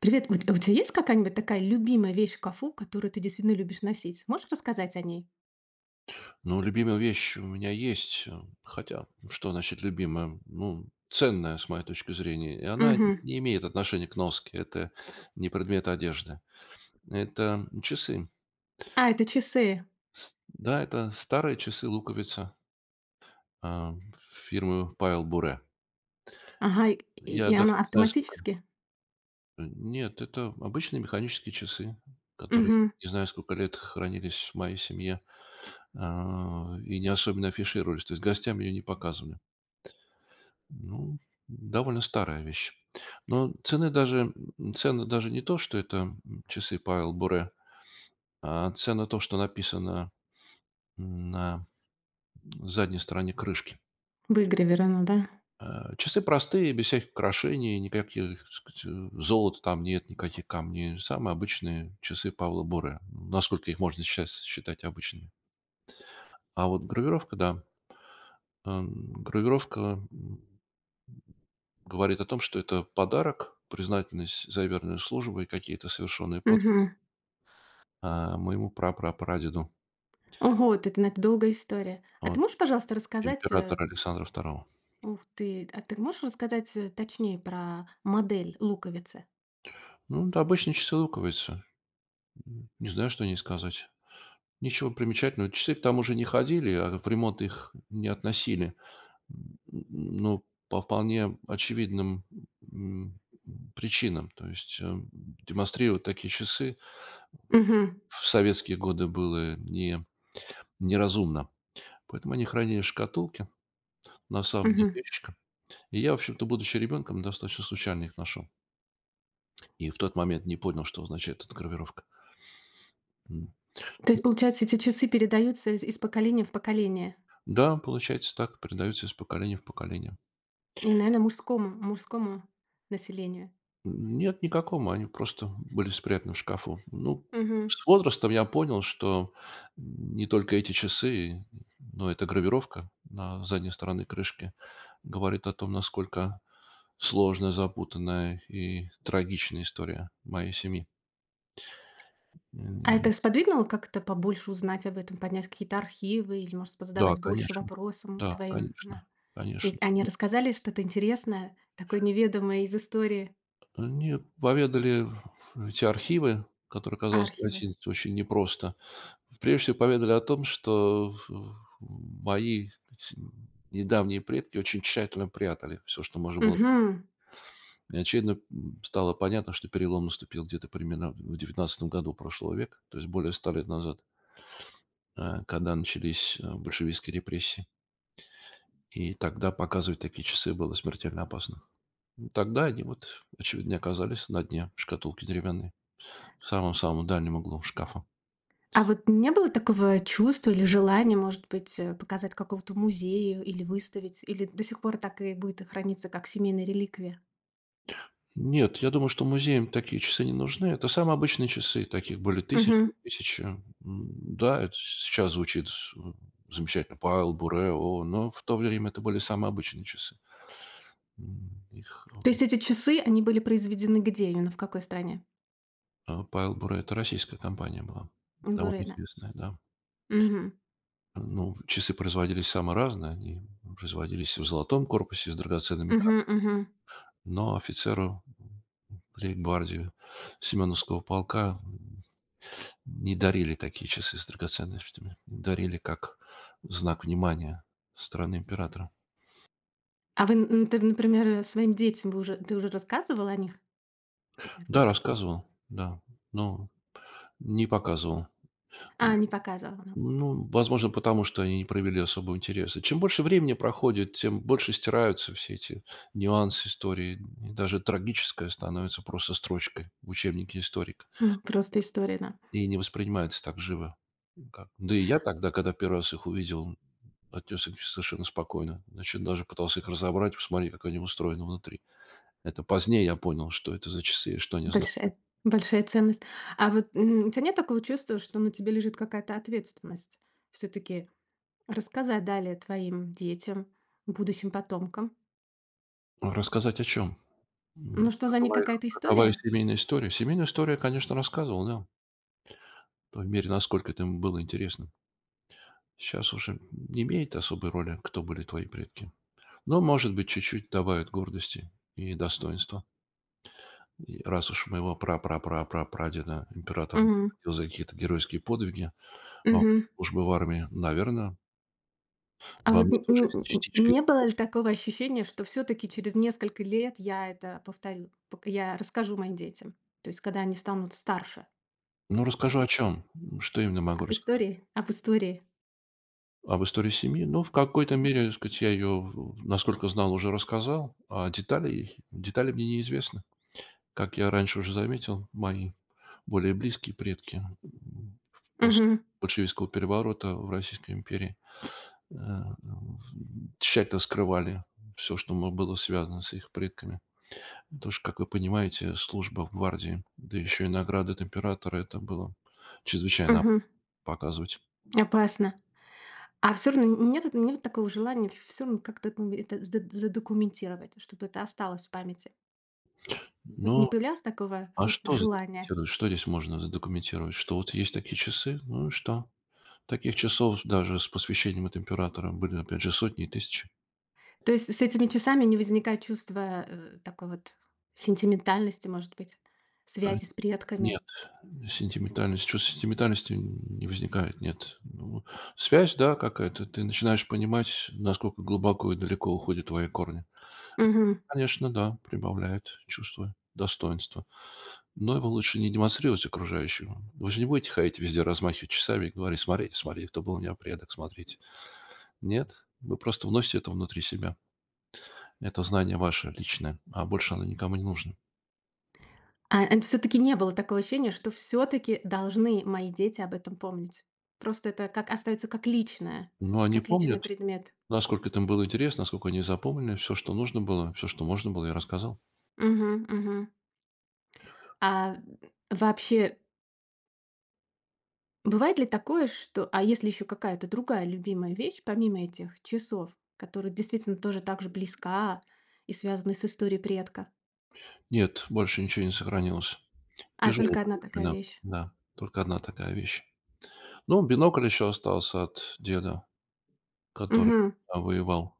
Привет, у тебя есть какая-нибудь такая любимая вещь в шкафу, которую ты действительно любишь носить? Можешь рассказать о ней? Ну, любимая вещь у меня есть, хотя что значит любимая? Ну, ценная, с моей точки зрения. И она Мгм. не имеет отношения к носке. Это не предмет одежды. Это часы. А, это часы. Да, это старые часы луковица а, фирмы Павел Буре. Ага, и, Я и даже она не знаю, сколько. автоматически? Нет, это обычные механические часы, которые Мгм. не знаю, сколько лет хранились в моей семье, и не особенно афишировались. То есть гостям ее не показывали. Ну, довольно старая вещь. Но цены даже, даже не то, что это часы Павел Буре, а цена то, что написано на задней стороне крышки. Выгравирована, да? Часы простые, без всяких украшений, никаких, так сказать, золота там нет, никаких камней. Самые обычные часы Павла Буре, насколько их можно сейчас считать обычными. А вот гравировка, да, эм, гравировка м, говорит о том, что это подарок, признательность за верную службу и какие-то совершенные подвиги, Мгм. Моему прапрапрадеду, Ого, вот это, ну, это долгая история. А ты от можешь, пожалуйста, рассказать, императора Александра второго. ух ты, а ты можешь рассказать точнее про модель луковицы? Ну, это обычные часы луковицы. Не знаю, что о ней сказать. Ничего примечательного. Часы к тому же не ходили, а в ремонт их не относили. М, Ну, по вполне очевидным м, причинам. То есть демонстрировать такие часы Мгм. в советские годы было не, неразумно. Поэтому они хранили в шкатулке на самом дне Мгм. ящичка. И я, в общем-то, будучи ребенком, достаточно случайно их нашел. И в тот момент не понял, что означает эта гравировка. М. То есть, получается, эти часы передаются из поколения в поколение. Да, получается так, передаются из поколения в поколение. И, наверное, мужскому, мужскому населению. Нет никакого, они просто были спрятаны в шкафу. Ну, Мгм. с возрастом я понял, что не только эти часы, но эта гравировка на задней стороне крышки говорит о том, насколько сложная, запутанная и трагичная история моей семьи. А М, это э, сподвигнуло как-то побольше узнать об этом, поднять какие-то архивы или, может, Да, позадавать больше конечно. вопросам Да, твоим? конечно. На. И Конечно. они рассказали что-то интересное, такое неведомое из истории Они поведали эти архивы, которые оказалось архива? найти очень непросто. Прежде всего поведали о том, что мои эти недавние предки очень тщательно прятали все, что можно было. Мгм. И очевидно, стало понятно, что перелом наступил где-то примерно в 19-м году прошлого века, то есть более 100 лет назад, когда начались, большевистские репрессии. И тогда показывать такие часы было смертельно опасно. Тогда они вот, очевидно, оказались на дне шкатулки деревянной. В самом-самом дальнем углу шкафа. А вот не было такого чувства или желания, может быть, показать какому-то музею или выставить? Или до сих пор так и будет и храниться как семейная реликвия? Нет, я думаю, что музеям такие часы не нужны. Это самые обычные часы. Таких были тысячи, Мгм. тысячи. Да, это сейчас звучит замечательно. Павел Буре, но в то время это были самые обычные часы. М, Их, То есть эти часы, они были произведены где именно, в какой стране? Павел Буре, это российская компания была. В Довольно Бурено. известная, да. Угу. Ну, часы производились самые разные. Они производились в золотом корпусе с драгоценными камнями. Мгм. Но офицеру лейб-гвардии Семеновского полка не дарили такие часы с драгоценностями. Дарили как знак внимания со стороны императора. А вы, н ты, например, своим детям вы уже ты уже рассказывала о них? Или Да, пока? рассказывал, да, но не показывал. А, не показывала, ну. Ну, возможно, потому что они не проявили особого интереса. Чем больше времени проходит, тем больше стираются все эти нюансы истории. И даже трагическое становится просто строчкой в учебнике историка. М, просто история, да. И не воспринимается так живо, как... Да и я тогда, когда первый раз их увидел, отнесся к ним совершенно спокойно. Значит, даже пытался их разобрать, посмотреть, как они устроены внутри. Это позднее я понял, что это за часы и что они означают. Большая большая ценность. А вот, у тебя нет такого чувства, что на тебе лежит какая-то ответственность, все таки рассказать далее твоим детям, будущим потомкам? Рассказать о чем? Ну, что за ней Какова их, какая-то какова их история? семейная история? Семейную историю я, конечно, рассказывал, да, в той мере, насколько это им было интересно. Сейчас уже не имеет особой роли, кто были твои предки. Но, может быть, чуть-чуть добавит гордости и достоинства. И раз уж моего пра-пра-пра-прадеда император Мгм. наградил за какие-то геройские подвиги во время Мгм. службы в армии, наверное, А во вот н мне н тоже есть н частичка не было его. ли такого ощущения, что все таки через несколько лет я это повторю, пок я расскажу моим детям? То есть когда они станут старше? Ну, расскажу о чем, что именно могу Об рассказать. истории? Об истории. Об истории семьи? Ну, в какой-то Мгм. мере, так сказать, я ее, насколько знал, уже рассказал, а детали, детали мне неизвестны. Как я раньше уже заметил, мои более близкие предки, после Мгм. большевистского переворота в Российской империи Э, тщательно скрывали все, что мо было связано с их предками. Потому что, как вы понимаете, служба в гвардии, да еще и награды от императора — это было чрезвычайно опасно показывать. Опасно. А все равно н нет вот такого желания все равно как-то, ну, это за задокументировать, чтобы это осталось в памяти? Вот не Ну, появлялось такого а вот что желания? задокументировать? Что здесь можно задокументировать? Что вот есть такие часы, ну и что? Таких часов даже с посвящением от императора были, опять же, сотни и тысячи. То есть с этими часами не возникает чувства, такой вот сентиментальности, может быть, Э, связи с не предками? Сентиментальность, чувство сентиментальности не возникает, нет. Ну, связь, да, какая-то. Ты начинаешь понимать, насколько глубоко и далеко уходят твои корни. Мгм. Конечно, да, прибавляет чувство достоинства. Но его лучше не демонстрировать окружающему. Вы же не будете ходить везде, размахивать часами и говорить: смотрите, смотрите, кто был у меня предок, смотрите. Нет, вы просто вносите это внутри себя. Это знание ваше личное, а больше оно никому не нужно. А, это всё-таки не было такого ощущения, что все таки должны мои дети об этом помнить? Просто это как остается как личное, Но они как личный помнят. предмет. Насколько это им было интересно, насколько они запомнили, все, что нужно было, все, что можно было, я рассказал. Мгм, мгм. А вообще, бывает ли такое, что а если еще какая-то другая любимая вещь, помимо этих часов, которая действительно тоже так же близка и связана с историей предка? Нет, больше ничего не сохранилось. А, Тяжелые только одна были такая времена, вещь. да. Только одна такая вещь. Ну, бинокль еще остался от деда, который, Мгм. Воевал,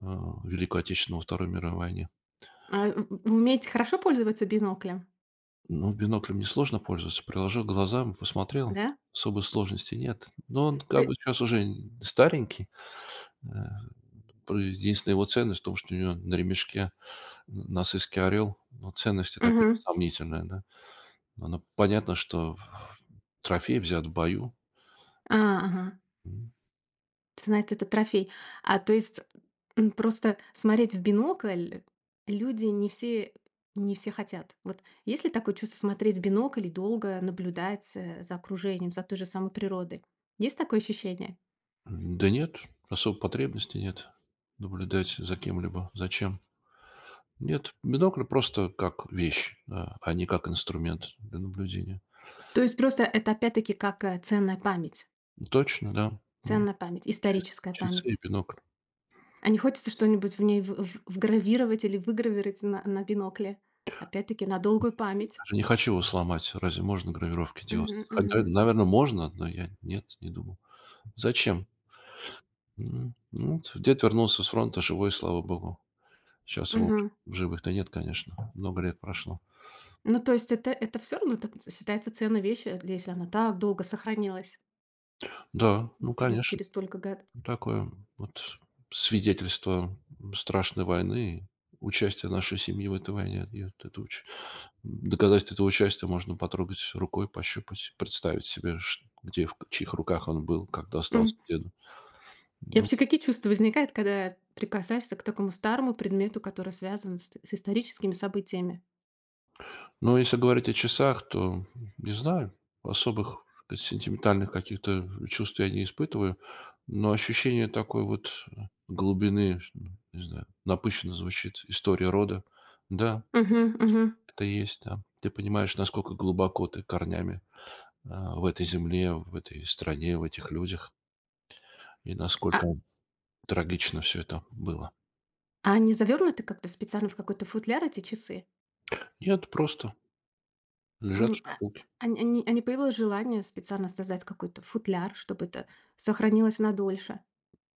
в Великую Отечественную, во Второй мировой войне. А, в вы умеете хорошо пользоваться биноклем, Ну, биноклем несложно пользоваться. Приложил к глазам, посмотрел, да? особой сложности нет. Но он как Ты бы сейчас уже старенький. Э, про единственная его ценность в том, что у него на ремешке Н насыский орел. Ну, ценность — это опять же мгм. сомнительная, да. Но ну понятно, что трофей взят в бою. А, ага. М. Ты знаешь, это трофей. А, то есть, просто смотреть в бинокль люди не все хотят. Вот есть ли такое чувство смотреть в бинокль и долго наблюдать, за окружением, за той же самой природой? Есть такое ощущение? Да нет, особой потребности нет наблюдать за кем-либо. Зачем? Нет, бинокль просто как вещь, да, а не как инструмент для наблюдения. То есть просто это опять-таки как, ценная память, Точно, да. М. ценная память, Ча историческая Часы память. и бинокль. А не хочется что-нибудь в ней в вгравировать или выгравировать на бинокле? Опять-таки на долгую Я память. даже не хочу его сломать. Разве можно гравировки делать? Мгм, мгм, Наверное, можно, но я нет, не думал. Зачем? Ну вот, дед вернулся с фронта живой, слава богу. Сейчас его уже мгм. в живых-то нет, конечно. Много лет прошло. Ну, то есть это все равно это считается ценной вещью, если она так долго сохранилась Да, ну, конечно, через столько год. такое вот свидетельство страшной войны, участие нашей семьи в этой войне. И вот это уч доказательство этого участия можно потрогать рукой, пощупать, представить себе, чт где, в чьих руках он был, когда М. остался деду. И Ну... вообще, какие чувства возникают, когда прикасаешься к такому старому предмету, который связан с историческими событиями? Но если говорить о часах, то не знаю. Особых, так сказать, сентиментальных каких-то чувств я не испытываю, но ощущение такой вот, глубины, не знаю, напыщенно звучит, история рода. Да, Мгм, мгм. это есть, да. Ты понимаешь, насколько глубоко ты корнями, в этой земле, в этой стране, в этих людях, и А насколько трагично все это было. Они завёрнуты как-то специально в какой-то футляр, эти часы? Нет, просто лежат в М, а шкатулке. А не появилось желание специально создать какой-то футляр, чтобы это сохранилось надольше?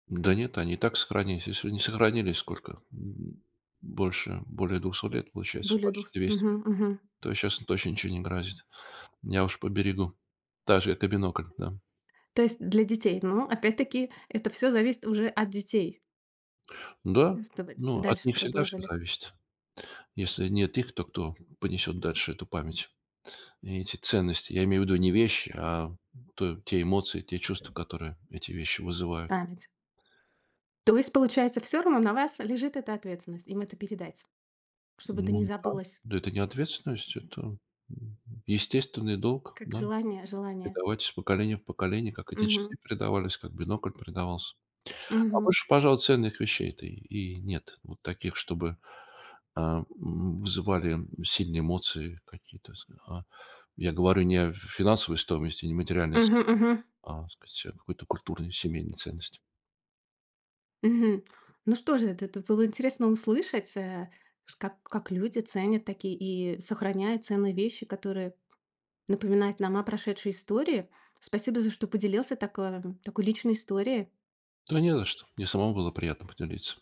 Да нет, они и так сохранились. Если не сохранились сколько? Больше, более 200 лет, получается, Более почти двух. 200 Мгм, лет, мгм. то сейчас точно ничего не грозит. Я уж поберегу. Так же, как и бинокль, да. То есть для детей. Ну, опять-таки, это все зависит уже от детей. Да, Сдавали. ну, от Дальше них всегда все продолжили. зависит. Если нет их, то кто понесет дальше эту память? И эти ценности, я имею в виду не вещи, а то, те эмоции, те чувства, которые эти вещи вызывают. Память. То есть, получается, все равно на вас лежит эта ответственность, им это передать, чтобы это не Ну да, забылось, да, это не ответственность, это м, естественный долг, как да. Желание. Передавать из поколения в поколение, как эти часы Мгм. передавались, как бинокль передавался. А Мгм. больше, пожалуй, ценных вещей-то и нет. Вот таких, чтобы, вызывали сильные эмоции какие-то. Я говорю не о финансовой стоимости, не материальной, Мгм мгм. Так сказать, о какой-то культурной, семейной ценности. Мгм. Ну что же, это было интересно услышать, э, ш как люди ценят такие и сохраняют ценные вещи, которые напоминают нам о прошедшей истории. Спасибо за что поделился такой личной историей. Да не за что. Мне самому было приятно поделиться.